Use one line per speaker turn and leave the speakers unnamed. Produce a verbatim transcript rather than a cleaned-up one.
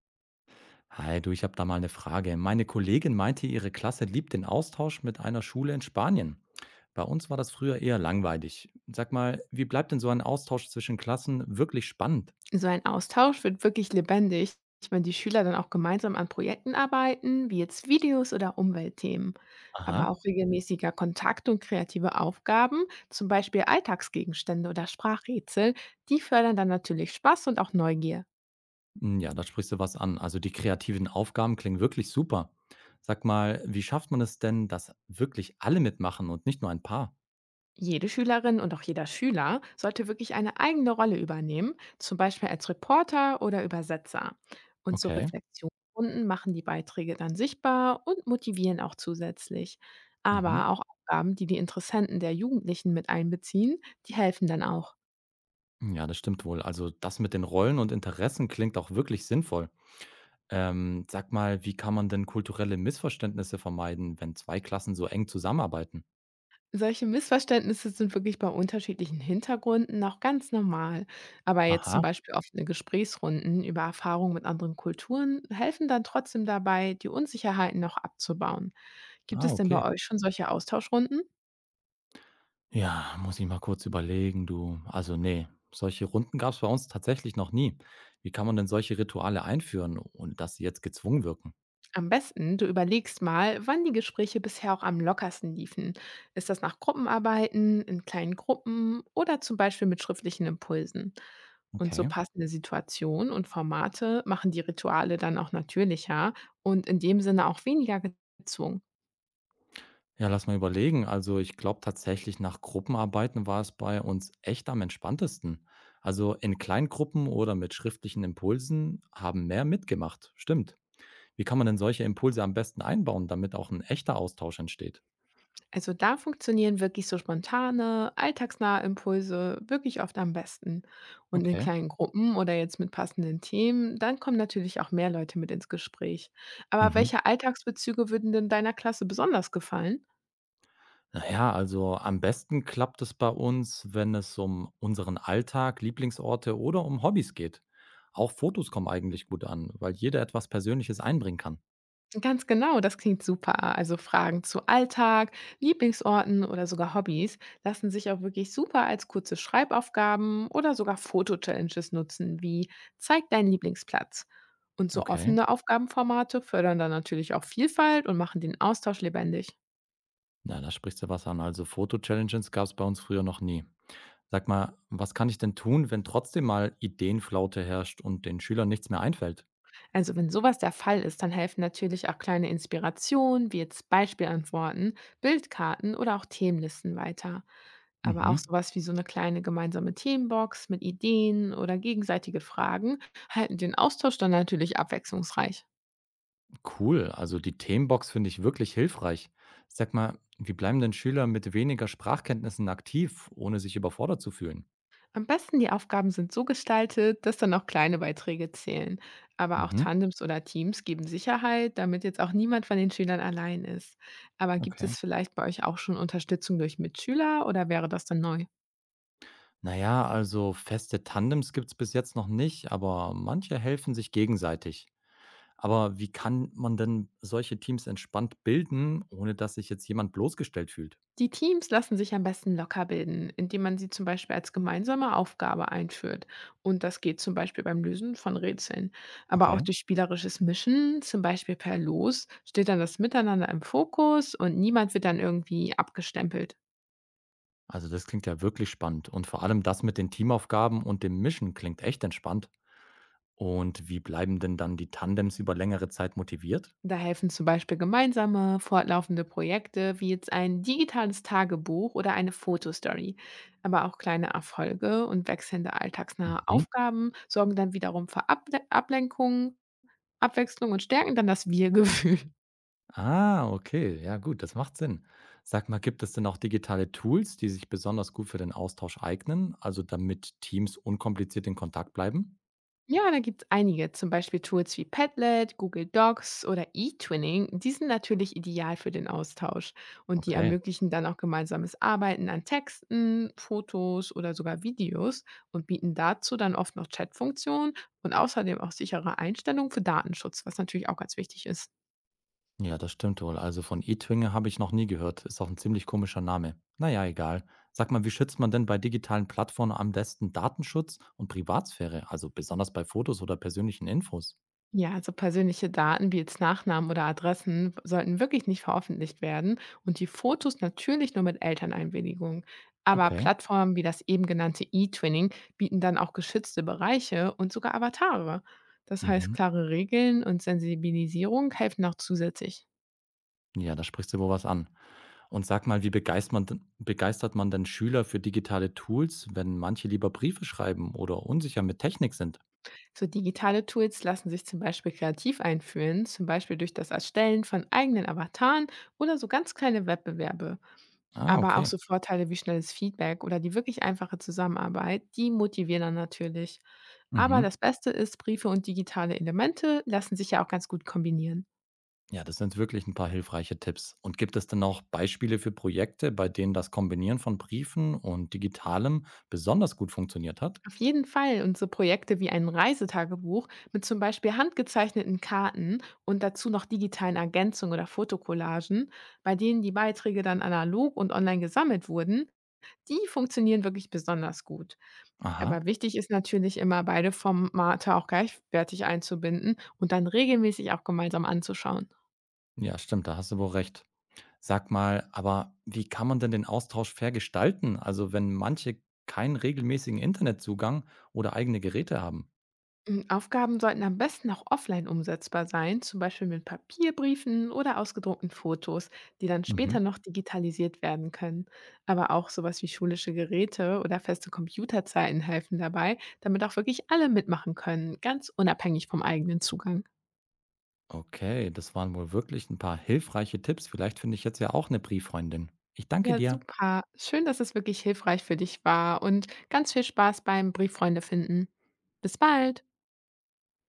Hi, du, ich habe da mal eine Frage. Meine Kollegin meinte, ihre Klasse liebt den Austausch mit einer Schule in Spanien. Bei uns war das früher eher langweilig. Sag mal, wie bleibt denn so ein Austausch zwischen Klassen wirklich spannend?
So ein Austausch wird wirklich lebendig, wenn die Schüler dann auch gemeinsam an Projekten arbeiten, wie jetzt Videos oder Umweltthemen. Aber
Aha.
auch regelmäßiger Kontakt und kreative Aufgaben, zum Beispiel Alltagsgegenstände oder Sprachrätsel, die fördern dann natürlich Spaß und auch Neugier.
Hm, Ja, da sprichst du was an. Also die kreativen Aufgaben klingen wirklich super. Sag mal, wie schafft man es denn, dass wirklich alle mitmachen und nicht nur ein paar?
Jede Schülerin und auch jeder Schüler sollte wirklich eine eigene Rolle übernehmen, zum Beispiel als Reporter oder Übersetzer. Und so
Okay.
Reflexionsrunden machen die Beiträge dann sichtbar und motivieren auch zusätzlich.
Mhm.
Aber auch Aufgaben, die die Interessenten der Jugendlichen mit einbeziehen, die helfen dann auch.
Ja, das stimmt wohl. Also das mit den Rollen und Interessen klingt auch wirklich sinnvoll. Ähm, sag mal, wie kann man denn kulturelle Missverständnisse vermeiden, wenn zwei Klassen so eng zusammenarbeiten?
Solche Missverständnisse sind wirklich bei unterschiedlichen Hintergründen auch ganz normal. Aber jetzt
Aha,
zum Beispiel offene Gesprächsrunden über Erfahrungen mit anderen Kulturen helfen dann trotzdem dabei, die Unsicherheiten noch abzubauen. Gibt
ah,
es denn bei
okay.
euch schon solche Austauschrunden?
Ja, muss ich mal kurz überlegen, du. Also nee, solche Runden gab es bei uns tatsächlich noch nie. Wie kann man denn solche Rituale einführen, ohne dass sie jetzt gezwungen wirken?
Am besten, du überlegst mal, wann die Gespräche bisher auch am lockersten liefen. Ist das nach Gruppenarbeiten, in kleinen Gruppen oder zum Beispiel mit schriftlichen Impulsen? Und so
Okay.
passende Situationen und Formate machen die Rituale dann auch natürlicher und in dem Sinne auch weniger gezwungen.
Ja, lass mal überlegen. Also ich glaube tatsächlich, nach Gruppenarbeiten war es bei uns echt am entspanntesten. Also in Kleingruppen oder mit schriftlichen Impulsen haben mehr mitgemacht. Stimmt. Wie kann man denn solche Impulse am besten einbauen, damit auch ein echter Austausch entsteht?
Also da funktionieren wirklich so spontane, alltagsnahe Impulse wirklich oft am besten. Und in
Okay.
kleinen Gruppen oder jetzt mit passenden Themen, dann kommen natürlich auch mehr Leute mit ins Gespräch. Aber
Mhm.
welche Alltagsbezüge würden denn deiner Klasse besonders gefallen?
Na ja, also am besten klappt es bei uns, wenn es um unseren Alltag, Lieblingsorte oder um Hobbys geht. Auch Fotos kommen eigentlich gut an, weil jeder etwas Persönliches einbringen kann.
Ganz genau, das klingt super. Also Fragen zu Alltag, Lieblingsorten oder sogar Hobbys lassen sich auch wirklich super als kurze Schreibaufgaben oder sogar Foto-Challenges nutzen, wie Zeig deinen Lieblingsplatz. Und so
Okay.
offene Aufgabenformate fördern dann natürlich auch Vielfalt und machen den Austausch lebendig.
Na, da sprichst du was an. Also Foto-Challenges gab es bei uns früher noch nie. Sag mal, was kann ich denn tun, wenn trotzdem mal Ideenflaute herrscht und den Schülern nichts mehr einfällt?
Also wenn sowas der Fall ist, dann helfen natürlich auch kleine Inspirationen, wie jetzt Beispielantworten, Bildkarten oder auch Themenlisten weiter. Aber auch
Mhm.
sowas wie so eine kleine gemeinsame Themenbox mit Ideen oder gegenseitige Fragen halten den Austausch dann natürlich abwechslungsreich.
Cool, also die Themenbox finde ich wirklich hilfreich. Sag mal, wie bleiben denn Schüler mit weniger Sprachkenntnissen aktiv, ohne sich überfordert zu fühlen?
Am besten die Aufgaben sind so gestaltet, dass dann auch kleine Beiträge zählen. Aber auch
Mhm,
Tandems oder Teams geben Sicherheit, damit jetzt auch niemand von den Schülern allein ist. Aber gibt
okay.
es vielleicht bei euch auch schon Unterstützung durch Mitschüler oder wäre das dann neu?
Naja, also feste Tandems gibt es bis jetzt noch nicht, aber manche helfen sich gegenseitig. Aber wie kann man denn solche Teams entspannt bilden, ohne dass sich jetzt jemand bloßgestellt fühlt?
Die Teams lassen sich am besten locker bilden, indem man sie zum Beispiel als gemeinsame Aufgabe einführt. Und das geht zum Beispiel beim Lösen von Rätseln. Aber auch
Okay.
durch spielerisches Mischen, zum Beispiel per Los, steht dann das Miteinander im Fokus und niemand wird dann irgendwie abgestempelt.
Also das klingt ja wirklich spannend. Und vor allem das mit den Teamaufgaben und dem Mischen klingt echt entspannt. Und wie bleiben denn dann die Tandems über längere Zeit motiviert?
Da helfen zum Beispiel gemeinsame, fortlaufende Projekte wie jetzt ein digitales Tagebuch oder eine Fotostory. Aber auch kleine Erfolge und wechselnde alltagsnahe
Mhm.
Aufgaben sorgen dann wiederum für Able Ablenkungen Abwechslung und stärken dann das Wir-Gefühl.
Ah, okay. Ja, gut, das macht Sinn. Sag mal, gibt es denn auch digitale Tools, die sich besonders gut für den Austausch eignen, also damit Teams unkompliziert in Kontakt bleiben?
Ja, da gibt es einige, zum Beispiel Tools wie Padlet, Google Docs oder eTwinning. Die sind natürlich ideal für den Austausch und die
Okay.
ermöglichen dann auch gemeinsames Arbeiten an Texten, Fotos oder sogar Videos und bieten dazu dann oft noch Chatfunktionen und außerdem auch sichere Einstellungen für Datenschutz, was natürlich auch ganz wichtig ist.
Ja, das stimmt wohl. Also von eTwinge habe ich noch nie gehört. Ist auch ein ziemlich komischer Name. Naja, egal. Sag mal, wie schützt man denn bei digitalen Plattformen am besten Datenschutz und Privatsphäre, also besonders bei Fotos oder persönlichen Infos?
Ja, also persönliche Daten wie jetzt Nachnamen oder Adressen sollten wirklich nicht veröffentlicht werden und die Fotos natürlich nur mit Elterneinwilligung. Aber
Okay.
Plattformen wie das eben genannte E-Twinning bieten dann auch geschützte Bereiche und sogar Avatare. Das heißt,
Mhm.
klare Regeln und Sensibilisierung helfen auch zusätzlich.
Ja, da sprichst du wohl was an. Und sag mal, wie begeist man denn- begeistert man denn Schüler für digitale Tools, wenn manche lieber Briefe schreiben oder unsicher mit Technik sind?
So digitale Tools lassen sich zum Beispiel kreativ einführen, zum Beispiel durch das Erstellen von eigenen Avataren oder so ganz kleine Wettbewerbe.
Ah,
Aber auch
okay.
so Vorteile wie schnelles Feedback oder die wirklich einfache Zusammenarbeit, die motivieren dann natürlich. Aber
Mhm.
das Beste ist, Briefe und digitale Elemente lassen sich ja auch ganz gut kombinieren.
Ja, das sind wirklich ein paar hilfreiche Tipps. Und gibt es denn auch Beispiele für Projekte, bei denen das Kombinieren von Briefen und Digitalem besonders gut funktioniert hat?
Auf jeden Fall. Und so Projekte wie ein Reisetagebuch mit zum Beispiel handgezeichneten Karten und dazu noch digitalen Ergänzungen oder Fotocollagen, bei denen die Beiträge dann analog und online gesammelt wurden, die funktionieren wirklich besonders gut.
Aha.
Aber wichtig ist natürlich immer, beide Formate auch gleichwertig einzubinden und dann regelmäßig auch gemeinsam anzuschauen.
Ja, stimmt, da hast du wohl recht. Sag mal, aber wie kann man denn den Austausch fair gestalten? Also, wenn manche keinen regelmäßigen Internetzugang oder eigene Geräte haben?
Hm, Aufgaben sollten am besten auch offline umsetzbar sein, zum Beispiel mit Papierbriefen oder ausgedruckten Fotos, die dann später noch digitalisiert werden können. Aber auch sowas wie schulische Geräte oder feste Computerzeiten helfen dabei, damit auch wirklich alle mitmachen können, ganz unabhängig vom eigenen Zugang.
Okay, das waren wohl wirklich ein paar hilfreiche Tipps. Vielleicht finde ich jetzt ja auch eine Brieffreundin. Ich danke
Ja,
dir.
super. Schön, dass es wirklich hilfreich für dich war und ganz viel Spaß beim Brieffreunde finden. Bis bald.